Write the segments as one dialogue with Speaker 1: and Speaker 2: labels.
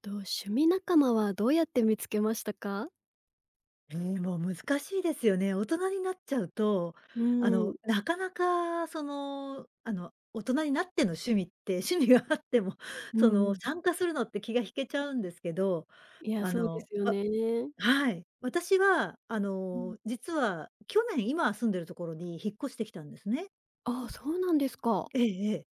Speaker 1: と、趣味仲間はどうやって見つけましたか？
Speaker 2: ええ、もう難しいですよね。大人になっちゃうと、
Speaker 1: うーん、
Speaker 2: なかなか大人になっての趣味って、趣味があっても、
Speaker 1: うんうん。
Speaker 2: 参加するのって気が引けちゃうんですけど、
Speaker 1: いや、
Speaker 2: あ
Speaker 1: そうで
Speaker 2: の、
Speaker 1: すよ
Speaker 2: わ
Speaker 1: ね。
Speaker 2: はい。私は、
Speaker 1: うん。
Speaker 2: 実は去年、今住んでるところに引っ越してきたんですね。
Speaker 1: ああ、そうなんですか。
Speaker 2: ええええ。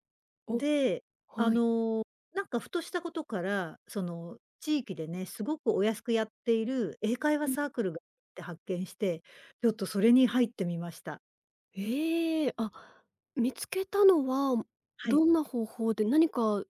Speaker 1: お、
Speaker 2: で、あ
Speaker 1: はい。
Speaker 2: の、なんかふとしたことから、地域でね、すごくお安くやっている英会話
Speaker 1: うん。
Speaker 2: サークルがあって発見して、ちょっとそれに入ってみました。
Speaker 1: ええ、あ、見つけたのは
Speaker 2: はい。
Speaker 1: どんな方法で、何か、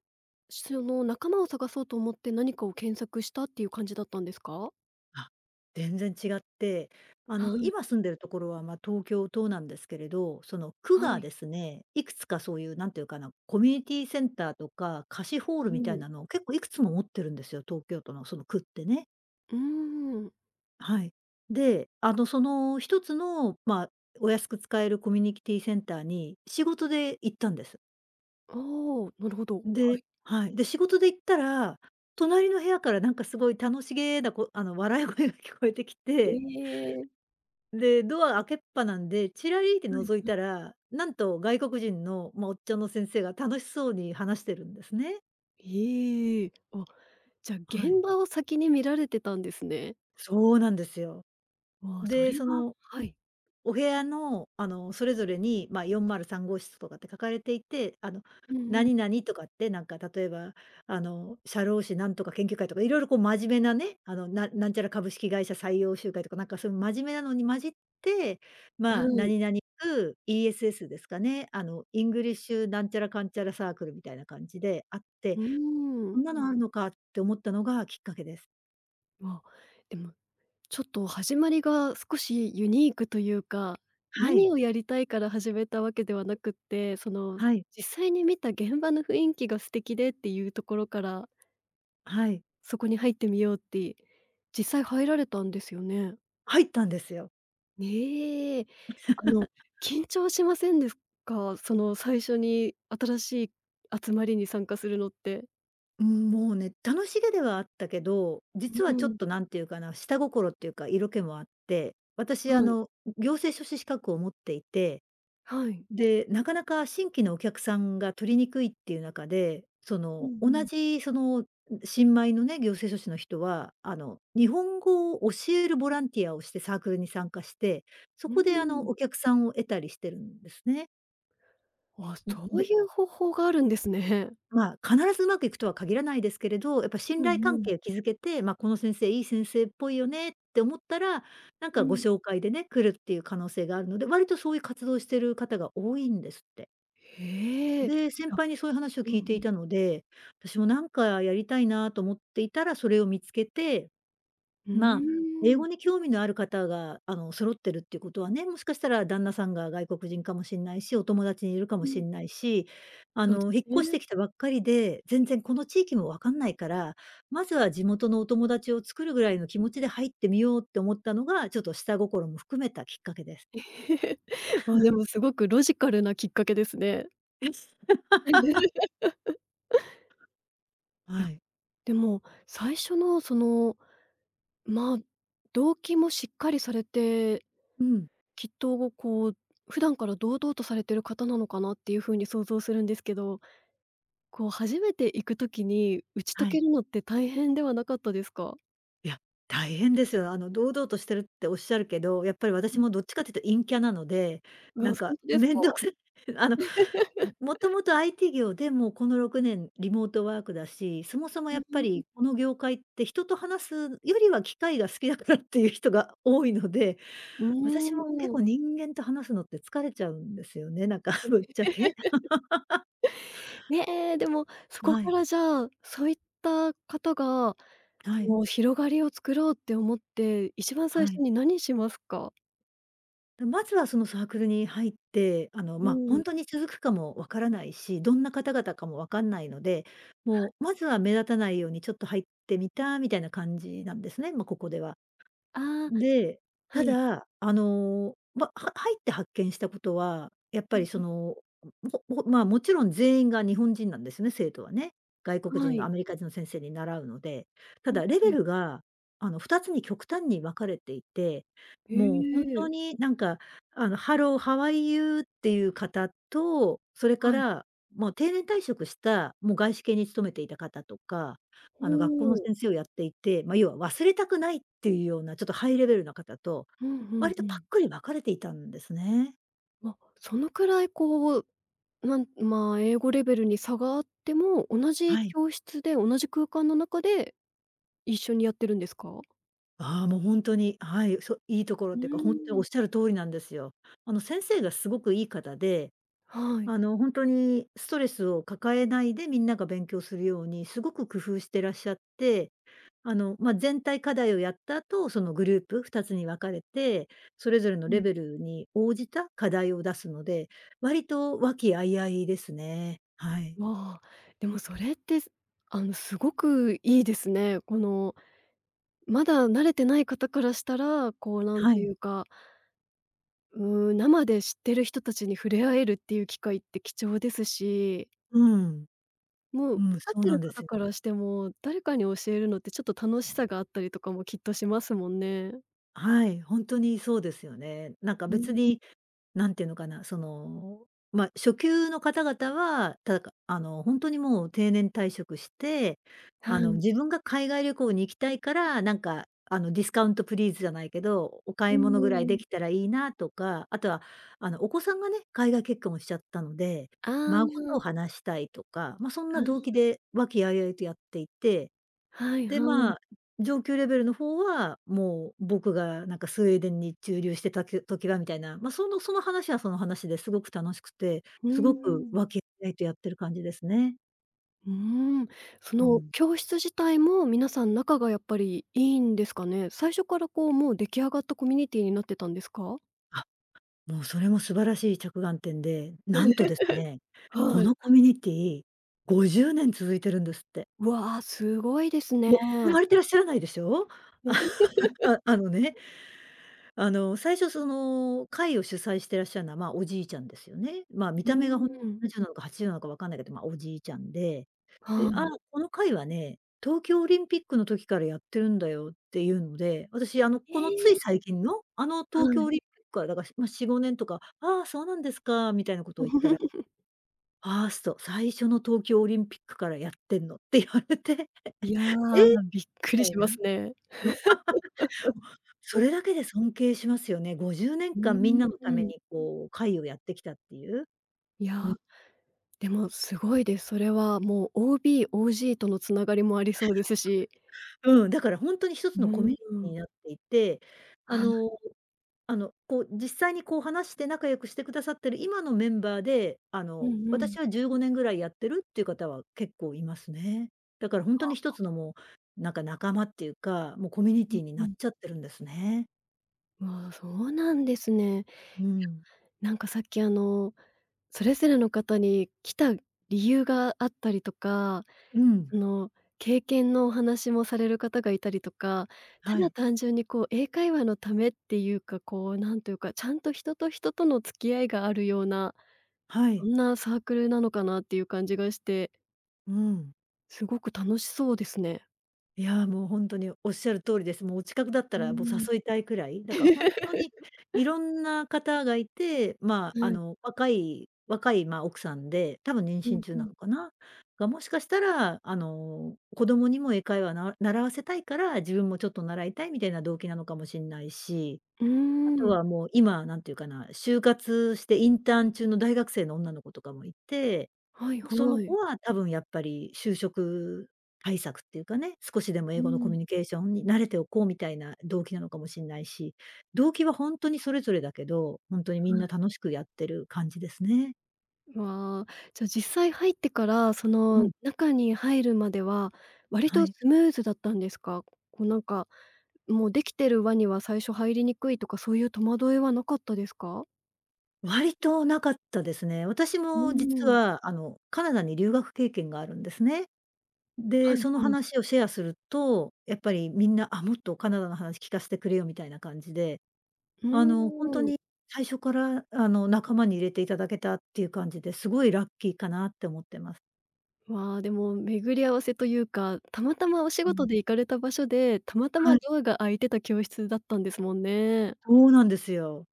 Speaker 1: その、仲間を探そうと思って何かを検索したっていう感じだったんですか？
Speaker 2: あ、全然違って、
Speaker 1: はい
Speaker 2: 今住んでるところは、まあ、東京都なんですけれど、その、区
Speaker 1: は
Speaker 2: が
Speaker 1: い。
Speaker 2: ですね、いくつかそういうなんていうかな、コミュニティセンターとか貸しホー
Speaker 1: う
Speaker 2: ルみ
Speaker 1: ん
Speaker 2: た
Speaker 1: う
Speaker 2: い
Speaker 1: ん。
Speaker 2: なのを結構いくつも持ってるんですよ、東京都のその区ってね。
Speaker 1: ーん。
Speaker 2: はい。で、その一つの、まあ、お安く使えるコミュニティセンターに仕事で行ったんです。
Speaker 1: ああ、なるほど。は
Speaker 2: ではい。で、仕事で行ったら、隣の部屋からなんかすごい楽しげなこあの、笑い声が聞こえてき
Speaker 1: い。
Speaker 2: て、
Speaker 1: ええ。
Speaker 2: で、ドア開けっぱなんで、チラリって
Speaker 1: はい
Speaker 2: 覗い
Speaker 1: はい。
Speaker 2: たら、なんと外国人の、まあ、おっちゃんの先生が楽しそうに話してるんですね。
Speaker 1: ええ。あ。じゃ、あ
Speaker 2: はい。
Speaker 1: 現場を先に見られてたんですね。
Speaker 2: そうなんですよ。
Speaker 1: わあ、そ
Speaker 2: で、
Speaker 1: れは
Speaker 2: その
Speaker 1: はい。
Speaker 2: お部屋の、あの、それぞれに、まあ、403号室とかって書かれていて、
Speaker 1: うんうん。
Speaker 2: 何々とかって、なんか、例えば、社労士なんとか研究会とか、いろいろこう真面目なね、なんちゃら株式会社採用集会とか、なんか、そういう真面目なのに混じって、
Speaker 1: は
Speaker 2: まあ、
Speaker 1: い。
Speaker 2: 何々部 ESS ですかね、あの、イングリッシュなんちゃらかんちゃらサークルみたいな感じであっ
Speaker 1: う
Speaker 2: て、
Speaker 1: ー
Speaker 2: こ
Speaker 1: ん。
Speaker 2: んなのあるのかって思ったのがきっかけです。
Speaker 1: わあ、でも、ちょっと始まりが少しユニークというか、
Speaker 2: はい、
Speaker 1: 何をやりたいから始めたわけではなくって、その、
Speaker 2: はい、
Speaker 1: 実際に見た現場の雰囲気が素敵でっていうところから、
Speaker 2: はい。
Speaker 1: そこに入ってみようって、実際入られたんですよね？
Speaker 2: 入ったんですよ。
Speaker 1: ねえ。あの、緊張しませんですか？その、最初に新しい集まりに参加するのって。
Speaker 2: うん、もうね、楽しげではあったけど、実
Speaker 1: う
Speaker 2: はちょっ
Speaker 1: ん。
Speaker 2: となんていうかな、下心っていうか色気もあって、私あ
Speaker 1: はい。
Speaker 2: の、行政書士資格を持っていて、
Speaker 1: はい。
Speaker 2: で、なかなか新規のお客さんが取りにくいっていう中で、そ
Speaker 1: うん
Speaker 2: の、同
Speaker 1: うん
Speaker 2: じその、新米のね、行政書士の人は、日本語を教えるボランティアをしてサークルに参加して、そ
Speaker 1: うー
Speaker 2: こで
Speaker 1: ん。
Speaker 2: お客さんを得たりしてるんですね。
Speaker 1: あ、そうい
Speaker 2: で、
Speaker 1: う方法があるんですね。
Speaker 2: まあ、必ずうまくいくとは限らないですけれど、やっぱ
Speaker 1: う
Speaker 2: 信頼
Speaker 1: ん
Speaker 2: 関
Speaker 1: う
Speaker 2: 係を
Speaker 1: ん。
Speaker 2: 築けて、まあ、この先生いい先生っぽいよねって思ったら、なん
Speaker 1: う
Speaker 2: かご
Speaker 1: ん。
Speaker 2: 紹介でね、来るっていう可能性があるので、割とそういう活動をしてる方が多いんですって。
Speaker 1: へえ。
Speaker 2: で、先
Speaker 1: あ、
Speaker 2: 輩にそういう話を
Speaker 1: う
Speaker 2: 聞
Speaker 1: ん
Speaker 2: いて
Speaker 1: う
Speaker 2: い
Speaker 1: ん。
Speaker 2: たので、私もなんかやりたいなと思っていたら、それを見つけて、
Speaker 1: うー
Speaker 2: まあ、英語
Speaker 1: ん。
Speaker 2: に興味のある方が、揃ってるっていうことはね、もしかしたら旦那さんが外国人かもしんないし、お友達にいるかも
Speaker 1: う
Speaker 2: し
Speaker 1: ん。
Speaker 2: んないし、
Speaker 1: そうです
Speaker 2: 引っ越し
Speaker 1: ね。
Speaker 2: てきたばっかりで、全然この地域もわかんないから、まずは地元のお友達を作るぐらいの気持ちで入ってみようって思ったのが、ちょっと下心も含めたきっかけです。
Speaker 1: わ、でもすごくロジカルなきっかけですね。いや、
Speaker 2: はい。
Speaker 1: でも、最初のそのまあ、動機もしっかりされて、
Speaker 2: うん、
Speaker 1: きっとこう、普段から堂々とされてる方なのかなっていう風に想像するんですけど、こう初めて行く時に打ち解
Speaker 2: は
Speaker 1: け
Speaker 2: い。
Speaker 1: るのって大変ではなかったですか？
Speaker 2: いや、大変ですよ。あの、堂々としてるっておっしゃるけど、やっぱり
Speaker 1: う
Speaker 2: 私
Speaker 1: ん。
Speaker 2: もどっちかっていうと陰キャなので、
Speaker 1: う
Speaker 2: なん
Speaker 1: ほ
Speaker 2: か
Speaker 1: んとですか？
Speaker 2: めんどくさい。あの、もともと IT 業でもうこの6年リモートワークだし、そもそもやっぱ
Speaker 1: う
Speaker 2: りこの業界って人と話すよりは機械が好きだからっていう人が多いので、私も結
Speaker 1: ん、うー
Speaker 2: 構
Speaker 1: ん。
Speaker 2: 人間と話すのって疲れちゃうんですよね、なんか ぶっちゃけ。
Speaker 1: ねえ、でも、そこ
Speaker 2: は
Speaker 1: か
Speaker 2: い、
Speaker 1: らじゃあ、そういった方が、
Speaker 2: は
Speaker 1: そ
Speaker 2: い、
Speaker 1: の広がりを作ろうって思って、一番最
Speaker 2: は
Speaker 1: 初
Speaker 2: い。
Speaker 1: に何しますか？
Speaker 2: まずはそのサークルに入って、あの、
Speaker 1: うん。
Speaker 2: 本当に続くかもわからないし、どんな方々かもわかんないので、もうまずは目立たないようにちょっと入ってみたみたいな感じなんですね、まあ、ここでは。
Speaker 1: ああ、
Speaker 2: で、
Speaker 1: は
Speaker 2: た
Speaker 1: い。
Speaker 2: だ、あの、入って発見したことは、やっ
Speaker 1: う
Speaker 2: ぱ
Speaker 1: ん
Speaker 2: り
Speaker 1: う
Speaker 2: そ
Speaker 1: ん。
Speaker 2: の、まあ、もちろん全員が日本人なんですよね、生徒はね。外国
Speaker 1: は
Speaker 2: 人の
Speaker 1: い。
Speaker 2: アメリカ人の先生に習うので。た
Speaker 1: うん
Speaker 2: だレ
Speaker 1: う
Speaker 2: ベ
Speaker 1: ん。
Speaker 2: ルが、2つに極端に分かれていて、
Speaker 1: へ
Speaker 2: もう本当
Speaker 1: え。
Speaker 2: になんか、Hello, how are you っていう方と、それか
Speaker 1: はい。
Speaker 2: ら、もう定年退職した、もう外資系に勤めていた方とか、
Speaker 1: お
Speaker 2: 学校の
Speaker 1: お。
Speaker 2: 先生をやっていて、まあ、要は忘れたくないっていうようなちょっとハイレベルな方と、
Speaker 1: うんうん
Speaker 2: 割
Speaker 1: う
Speaker 2: とパッ
Speaker 1: ん。
Speaker 2: クに分かれていたんですね。
Speaker 1: ま、そのくらいこう、なん、まあ、英語レベルに差があっても、同じ
Speaker 2: はい。
Speaker 1: 教室で同じ空間の中で一緒にやってるんですか？
Speaker 2: ああ、もうほんとに、はい、いいところ
Speaker 1: う
Speaker 2: っ
Speaker 1: ー
Speaker 2: ていうか、ほんとにお
Speaker 1: ん。
Speaker 2: っしゃる通りなんですよ。あの、先生がすごくいい方で、
Speaker 1: はい。
Speaker 2: 本当にストレスを抱えないでみんなが勉強するようにすごく工夫してらっしゃって、あの、まあ、全体課題をやった後、そのグループ2つに分かれて、それぞれの
Speaker 1: う
Speaker 2: レ
Speaker 1: ん。
Speaker 2: ベルに応じた課題を出すので、割と和気あいあいですね。はい。
Speaker 1: わあ、でもそれって、すすごくいいですね。この、まだ慣れてない方からしたら、こう、なん
Speaker 2: は
Speaker 1: と
Speaker 2: い。
Speaker 1: いうか、うーん、生で知ってる人たちに触れ合えるっていう機会って貴重ですし、
Speaker 2: うん。
Speaker 1: も
Speaker 2: う
Speaker 1: う
Speaker 2: ん、
Speaker 1: 分かっ
Speaker 2: そう
Speaker 1: て
Speaker 2: な
Speaker 1: る
Speaker 2: んで
Speaker 1: 方
Speaker 2: す
Speaker 1: か
Speaker 2: よ。
Speaker 1: らしても、誰かに教えるのってちょっと楽しさがあったりとかもきっとしますもんね。
Speaker 2: はい、本当にそうですよね。なんか
Speaker 1: うー
Speaker 2: 別
Speaker 1: ん、
Speaker 2: になんていうのかな、その、まあ、初級の方々は、ただ、かあの、本当にもう定年退職して、
Speaker 1: はい。
Speaker 2: 自分が海外旅行に行きたいから、なんか、ディスカウントプリーズじゃないけど、お
Speaker 1: う
Speaker 2: 買
Speaker 1: ー
Speaker 2: い物ぐらいで
Speaker 1: ん
Speaker 2: きたらいいなとか、あとは、お子さんがね、海外結婚をしちゃったので、
Speaker 1: ああ、
Speaker 2: 孫と
Speaker 1: あ
Speaker 2: 話したいとか、まあ、そんな動機で和気あいあいとやっていて、
Speaker 1: あ、はい
Speaker 2: で、
Speaker 1: はい。
Speaker 2: まあ、上級レベルの方は、もう僕がなんかスウェーデンに駐留してた時はみたいな、まあ、その話はその話ですごく楽しくて、
Speaker 1: う
Speaker 2: す
Speaker 1: ん
Speaker 2: ご
Speaker 1: う
Speaker 2: く
Speaker 1: ん。
Speaker 2: 和気あいあいとやってる感じですね。
Speaker 1: うーん。そ
Speaker 2: う
Speaker 1: の
Speaker 2: ん。
Speaker 1: 教室自体も皆さん仲がやっぱりいいんですかね？最初からこうもう出来上がったコミュニティになってたんですか？
Speaker 2: あ、もうそれも素晴らしい着眼点で、なんとですね、
Speaker 1: は
Speaker 2: こ
Speaker 1: い。
Speaker 2: のコミュニティ50年続いてるんですって。
Speaker 1: わあ、すごいですね。
Speaker 2: もう生まれてらっしゃらないでしょ？ああのね、あの、最初その会を主催してらっしゃるのは、まあ、おじいちゃんですよね。まあ、見
Speaker 1: う
Speaker 2: た目がほん
Speaker 1: ーん。
Speaker 2: 70なじゅうなのか80なのかわかんないけど、まあ、おじいちゃんで、で、「あ
Speaker 1: は
Speaker 2: この会はね、東京オリンピックの時からやってるんだよ」っていうので、私あの、
Speaker 1: い。
Speaker 2: このつ
Speaker 1: え
Speaker 2: い
Speaker 1: え。
Speaker 2: 最近の、あの
Speaker 1: は
Speaker 2: 東京オ
Speaker 1: い。
Speaker 2: リンピックからだから、ま、4、5年とか、「ああ、そうなんですか」みたいなことを言ったら、「ファースト最初の東京オリンピックからやってんの」って言われて、
Speaker 1: いや、
Speaker 2: 「え！」
Speaker 1: びっ
Speaker 2: み
Speaker 1: くり
Speaker 2: た
Speaker 1: し
Speaker 2: い
Speaker 1: ま
Speaker 2: な。
Speaker 1: すね。
Speaker 2: それだけで尊敬しますよね。50年
Speaker 1: う
Speaker 2: 間みんな
Speaker 1: ー
Speaker 2: のため
Speaker 1: ん。
Speaker 2: にこう会をやってきたっていう。
Speaker 1: い
Speaker 2: うん。
Speaker 1: や、でもすごいです。それはもう OB、OG とのつながりもありそうですし。
Speaker 2: うん、だからほんとに一
Speaker 1: う
Speaker 2: つのコ
Speaker 1: ー
Speaker 2: ミュニティ
Speaker 1: ん。
Speaker 2: になっていて、あ
Speaker 1: あ、
Speaker 2: のあの、こう実際にこう話して仲良くしてくださってる今のメンバーで、あ
Speaker 1: う
Speaker 2: の、
Speaker 1: んうん。
Speaker 2: 私は15年ぐらいやってるっていう方は結構いますね。だからほんとに一つのもう、なんか仲間っていうか、もうコミュニ
Speaker 1: う
Speaker 2: テ
Speaker 1: ん
Speaker 2: ィに
Speaker 1: う
Speaker 2: なっ
Speaker 1: ん。
Speaker 2: ちゃってるんですね。
Speaker 1: わあ、そうなんですね。
Speaker 2: うん。
Speaker 1: なんかさっきあの、それぞれの方に来た理由があったりとか、
Speaker 2: うん。
Speaker 1: その経験のお話もされる方がいたりとか、た
Speaker 2: は
Speaker 1: だ
Speaker 2: い。
Speaker 1: 単純にこう英会話のためっていうか、こうなんというか、ちゃんと人と人との付き合いがあるような
Speaker 2: はい。
Speaker 1: どんなサークルなのかなっていう感じがして、
Speaker 2: うん。
Speaker 1: すごく楽しそうですね。
Speaker 2: いや、もうほんとにおっしゃる通りです。もうお近くだった
Speaker 1: う
Speaker 2: らもう
Speaker 1: ー
Speaker 2: 誘
Speaker 1: ん。
Speaker 2: いたいくらい、だからほんとに いろんな方がいて、まあ、
Speaker 1: はい。
Speaker 2: 若い若い、ま、奥さんで、多分妊
Speaker 1: うん
Speaker 2: 娠中
Speaker 1: う
Speaker 2: な
Speaker 1: ん。
Speaker 2: のかな？が、もしかしたら、子供にも英会話な習わせたいから、自分もちょっと習いたいみたいな動機なのかもしんないし、
Speaker 1: うー
Speaker 2: あと
Speaker 1: ん。
Speaker 2: はもう今、なんていうかな、就活してインターン中の大学生の女の子とかもいて、
Speaker 1: はい
Speaker 2: その
Speaker 1: はい。
Speaker 2: 子は多分やっぱり就職対策っていうかね、少しでも
Speaker 1: う
Speaker 2: 英語のコ
Speaker 1: ん。
Speaker 2: ミュニケーションに慣れておこうみたいな動機なのかもしれないし、動機は本当にそれぞれだけど、本当にみんな
Speaker 1: は
Speaker 2: 楽しくやってる感じですね。
Speaker 1: い。わあ、じゃ、実際入ってから、そ
Speaker 2: う
Speaker 1: の
Speaker 2: ん、
Speaker 1: 中に入るまでは、割
Speaker 2: は
Speaker 1: と
Speaker 2: い。
Speaker 1: スムーズだったんですか？こうなんか、もうできてる輪には最初入りにくいとか、そういう戸惑いはなかったですか？
Speaker 2: 割となかったですね。私
Speaker 1: う
Speaker 2: も実
Speaker 1: ーん。
Speaker 2: はカナダに留学経験があるんですね。
Speaker 1: は
Speaker 2: で、
Speaker 1: い
Speaker 2: その
Speaker 1: はい。
Speaker 2: 話をシェアすると、やっぱりみんな、あ、もっとカナダの話聞かせてくれよみたいな感じで、
Speaker 1: う
Speaker 2: ほんと
Speaker 1: ーん。
Speaker 2: に最初から、仲間に入れていただけたっていう感じで、すごいラッキーかなって思ってます。
Speaker 1: わあ、でも巡り合わせというか、たまたまお仕
Speaker 2: う
Speaker 1: 事
Speaker 2: ん。
Speaker 1: で行かれた場所で、たまたま
Speaker 2: はい、
Speaker 1: ドアが開いてた教室だったんですもんね。
Speaker 2: そうなんですよ。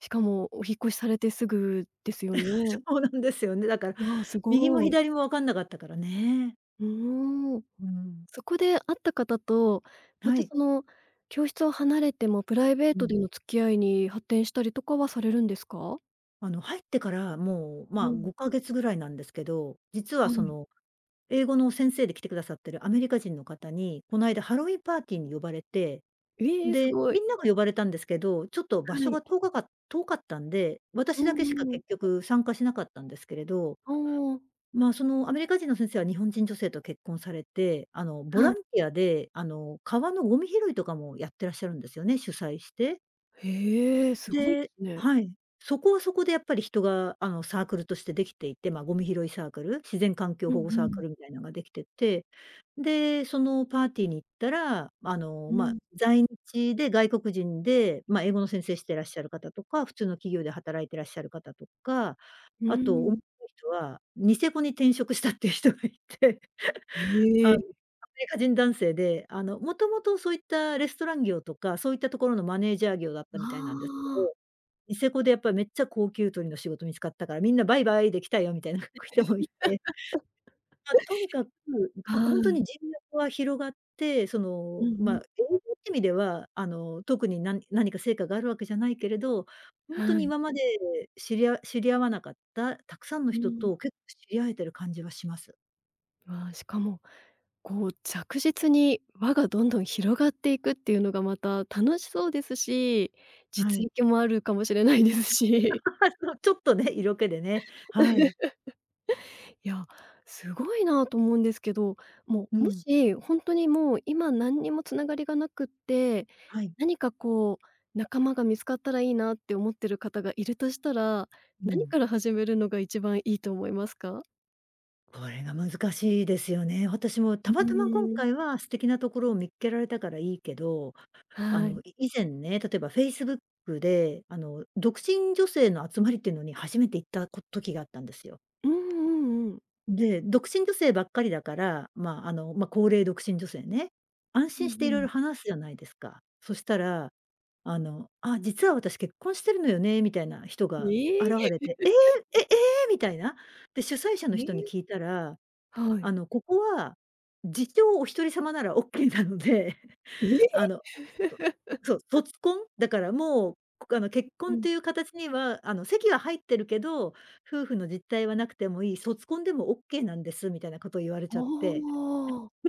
Speaker 1: しかもお引っ越しされてすぐですよ ね。
Speaker 2: そうなんですよね。だから、
Speaker 1: いや、す
Speaker 2: 右も
Speaker 1: ごい。
Speaker 2: 左も分かんなかったからね。
Speaker 1: うーん。
Speaker 2: うん。
Speaker 1: そこで会った方と、ま
Speaker 2: は
Speaker 1: た
Speaker 2: い。
Speaker 1: その教室を離れてもプライベー
Speaker 2: う
Speaker 1: ト
Speaker 2: ん。
Speaker 1: での付き合いに発展したりとかはされるんですか？
Speaker 2: 入ってからもう、
Speaker 1: う
Speaker 2: まあ、
Speaker 1: ん。
Speaker 2: 5か月ぐらいなんですけど、実は
Speaker 1: は
Speaker 2: そ
Speaker 1: い。
Speaker 2: の、英語の先生で来てくださってるアメリカ人の方に、こないだハロウィンパーティーに呼ばれて、
Speaker 1: ええ、す
Speaker 2: で、
Speaker 1: ご
Speaker 2: み
Speaker 1: い。
Speaker 2: んなが呼ばれたんですけど、ちょっと場
Speaker 1: は
Speaker 2: 所
Speaker 1: い。
Speaker 2: が遠かったんで、
Speaker 1: う
Speaker 2: 私だけしか
Speaker 1: んうんうん。
Speaker 2: 結局参加しなかったんですけれど、
Speaker 1: ああ、
Speaker 2: まあ、そのアメリカ人の先生は日本人女性と結婚されて、ボ
Speaker 1: は
Speaker 2: ラ
Speaker 1: い。
Speaker 2: ンティアで、川のゴミ拾いとかもやってらっしゃるんですよね、主催して。
Speaker 1: へえ、すごいで
Speaker 2: で、
Speaker 1: すね。
Speaker 2: はい。そこはそこでやっぱり人が、サークルとしてできていて、まあ、ゴミ拾いサークル、自然環境
Speaker 1: うんう
Speaker 2: 保護サー
Speaker 1: ん。
Speaker 2: クルみたいなのができてて、で、そのパーティーに行ったら、
Speaker 1: う
Speaker 2: まあ、
Speaker 1: ん。
Speaker 2: 在日で外国人で、まあ、英語の先生してらっしゃる方とか、普通の企業で働いてらっしゃる方とか、
Speaker 1: う
Speaker 2: あと面
Speaker 1: ん。
Speaker 2: 白い人は、ニセコに転職したっていう人がいて、
Speaker 1: え
Speaker 2: アメ
Speaker 1: え。
Speaker 2: リカ人男性で、もともとそういったレストラン業とか、そういったところのマネージャー業だったみたいなんですけ
Speaker 1: ああ
Speaker 2: ど、ニセコでやっぱりめっちゃ高級鳥の仕事見つかったから、みんなバイバイで来たよみたいな 人もいて、まあ、とにかく、
Speaker 1: は
Speaker 2: 当
Speaker 1: い。
Speaker 2: に人脈は広がって、そ
Speaker 1: うん
Speaker 2: の、
Speaker 1: う
Speaker 2: ま
Speaker 1: ん。
Speaker 2: あ、英語って意味では、特に何か成果があるわけじゃないけれど、本当
Speaker 1: は
Speaker 2: に
Speaker 1: い。
Speaker 2: 今まで知り合わなかったたくさんの
Speaker 1: う
Speaker 2: 人
Speaker 1: ん。
Speaker 2: と結構知り合えてる感じはします。
Speaker 1: わあ、しかも、こう着実に輪がどんどん広がっていくっていうのがまた楽しそうですし、
Speaker 2: は
Speaker 1: 実
Speaker 2: い。
Speaker 1: 益もあるかもしれないですし。
Speaker 2: ちょっとね、色気でね。はい。
Speaker 1: いや、すごいなと思うんですけど、も
Speaker 2: う
Speaker 1: う、も
Speaker 2: ん。
Speaker 1: し本当にもう今何にもつながりがなくって、
Speaker 2: はい。
Speaker 1: 何かこう仲間が見つかったらいいなって思ってる方がいるとしたら、
Speaker 2: う
Speaker 1: 何
Speaker 2: ん。
Speaker 1: から始めるのが一番いいと思いますか？
Speaker 2: これが難しいですよね。私も
Speaker 1: う
Speaker 2: たまたま今
Speaker 1: ーん。
Speaker 2: 回は素敵なところを見っけられたからいいけど、あ
Speaker 1: はい。
Speaker 2: の、い以前ね、例えば Facebook で、独身女性の集まりっていうのに初めて行った時があったんですよ。
Speaker 1: うんうんうん。
Speaker 2: で、独身女性ばっかりだから、まあ、あの、まあ、高齢独身女性ね、安
Speaker 1: うん
Speaker 2: 心
Speaker 1: う
Speaker 2: していろい
Speaker 1: ん。
Speaker 2: ろ話すじゃないですか。そしたら、「あ、実は私結婚してるのよね」みたいな人が現
Speaker 1: ええ、
Speaker 2: れて、「ええ！え、ええ！」みたいな。で、主催者の
Speaker 1: え
Speaker 2: 人に聞
Speaker 1: え。
Speaker 2: いたら、
Speaker 1: はい。
Speaker 2: ここは、自称お一人様ならオッケーなので、
Speaker 1: え
Speaker 2: あ
Speaker 1: え！
Speaker 2: の、そう、卒婚、だからもう、こあの、結
Speaker 1: う
Speaker 2: 婚っ
Speaker 1: ん。
Speaker 2: ていう形には、席は入ってるけど、夫婦の実態はなくてもいい、卒婚でもオッケーなんです、みたいなことを言われち
Speaker 1: あ
Speaker 2: ゃって、
Speaker 1: あ。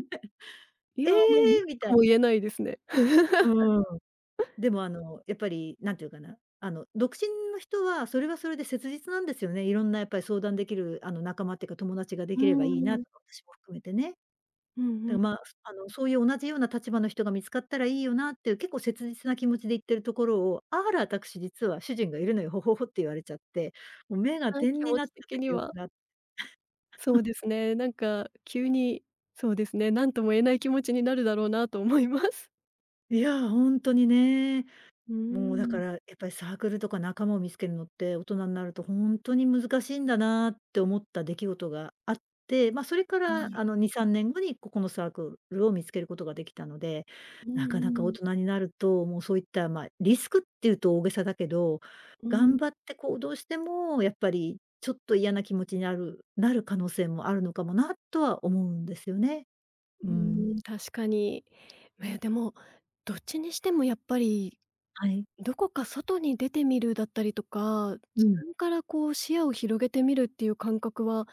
Speaker 1: い
Speaker 2: え
Speaker 1: や、ま、なん
Speaker 2: ーみたい
Speaker 1: と
Speaker 2: な。
Speaker 1: も言えないですね。
Speaker 2: うん。でも、やっぱり、なんていうかな、独身の人はそれはそれで切実なんですよね。いろんなやっぱり相談できる、仲間っていうか友達がで
Speaker 1: う
Speaker 2: きればいいな
Speaker 1: ーん。
Speaker 2: とか、私も含めてね。
Speaker 1: うんう
Speaker 2: だ、
Speaker 1: ん。
Speaker 2: まあ、そういう同じような立場の人が見つかったらいいよなっていう結構切実な気持ちで言ってるところを、「あら、私実は主人がいるのよ、ほほほ」って言われちゃって、もう目が
Speaker 1: あ、
Speaker 2: 点
Speaker 1: 気
Speaker 2: に
Speaker 1: 持
Speaker 2: なっ
Speaker 1: ち
Speaker 2: ちゃっ
Speaker 1: 的
Speaker 2: た
Speaker 1: に
Speaker 2: 記
Speaker 1: は。
Speaker 2: 憶があって、
Speaker 1: そうですね。なんか急に、そうですね、何とも言えない気持ちになるだろうなと思います。
Speaker 2: いや、ほんとにね。
Speaker 1: うー
Speaker 2: もうだか
Speaker 1: ん、
Speaker 2: ら、やっぱりサークルとか仲間を見つけるのって、大人になると本当に難しいんだなって思った出来事があって、まあ、それか ら
Speaker 1: はい。い。
Speaker 2: 2、3年後にここのサークルを見つけることができたので、
Speaker 1: うん
Speaker 2: なかな
Speaker 1: う
Speaker 2: か大
Speaker 1: ん。
Speaker 2: 人になると、もうそういった、まあ、リスクっていうと大げさだけど、
Speaker 1: う
Speaker 2: 頑
Speaker 1: ん。
Speaker 2: 張って行動しても、やっぱりちょっと嫌な気持ちになる可能性もあるのかもなとは思うんですよね。
Speaker 1: う
Speaker 2: うん。
Speaker 1: ーん、確かに。え、でも、どっちにしてもやっぱり、
Speaker 2: はい。
Speaker 1: どこか外に出てみるだったりとか、
Speaker 2: う
Speaker 1: 自
Speaker 2: ん。
Speaker 1: 分からこう視野を広げてみるっていう感覚は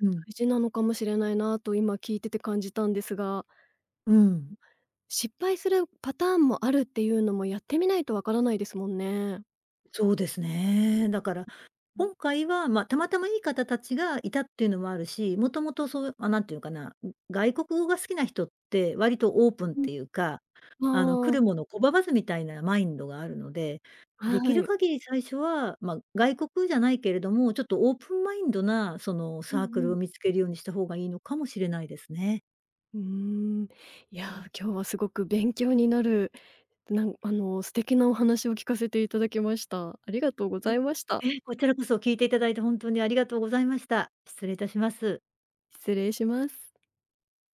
Speaker 2: うん。
Speaker 1: 大事なのかもしれないなと今聞いてて感じたんですが、
Speaker 2: うん。
Speaker 1: 失敗するパターンもあるっていうのもやってみないとわからないですもんね。
Speaker 2: そうですね。だから、
Speaker 1: うん。
Speaker 2: 今回は、まあ、たまたまいい方たちがいたっていうのもあるし、もともとそう、なんていうかな、外国語が好きな人って割とオープンっ
Speaker 1: う
Speaker 2: ていうか、来
Speaker 1: ん。あ
Speaker 2: るも
Speaker 1: あ。
Speaker 2: のを拒まずみたいなマインドがあるので、
Speaker 1: は
Speaker 2: できる
Speaker 1: い。
Speaker 2: 限り最初は、まあ、外国じゃないけれども、ちょっとオープンマインドな、その、
Speaker 1: うん
Speaker 2: サーク
Speaker 1: う
Speaker 2: ル
Speaker 1: ん。
Speaker 2: を見つけるようにした方がいいのかもしれないですね。
Speaker 1: うーん。いや、今日はすごく勉強になる、なんあの、素敵なお話を聞かせていただきました。ありがとうご
Speaker 2: え、
Speaker 1: ざいました。
Speaker 2: こちらこそ聞いていただいて本当にありがとうございました。失礼いたします。
Speaker 1: 失礼します。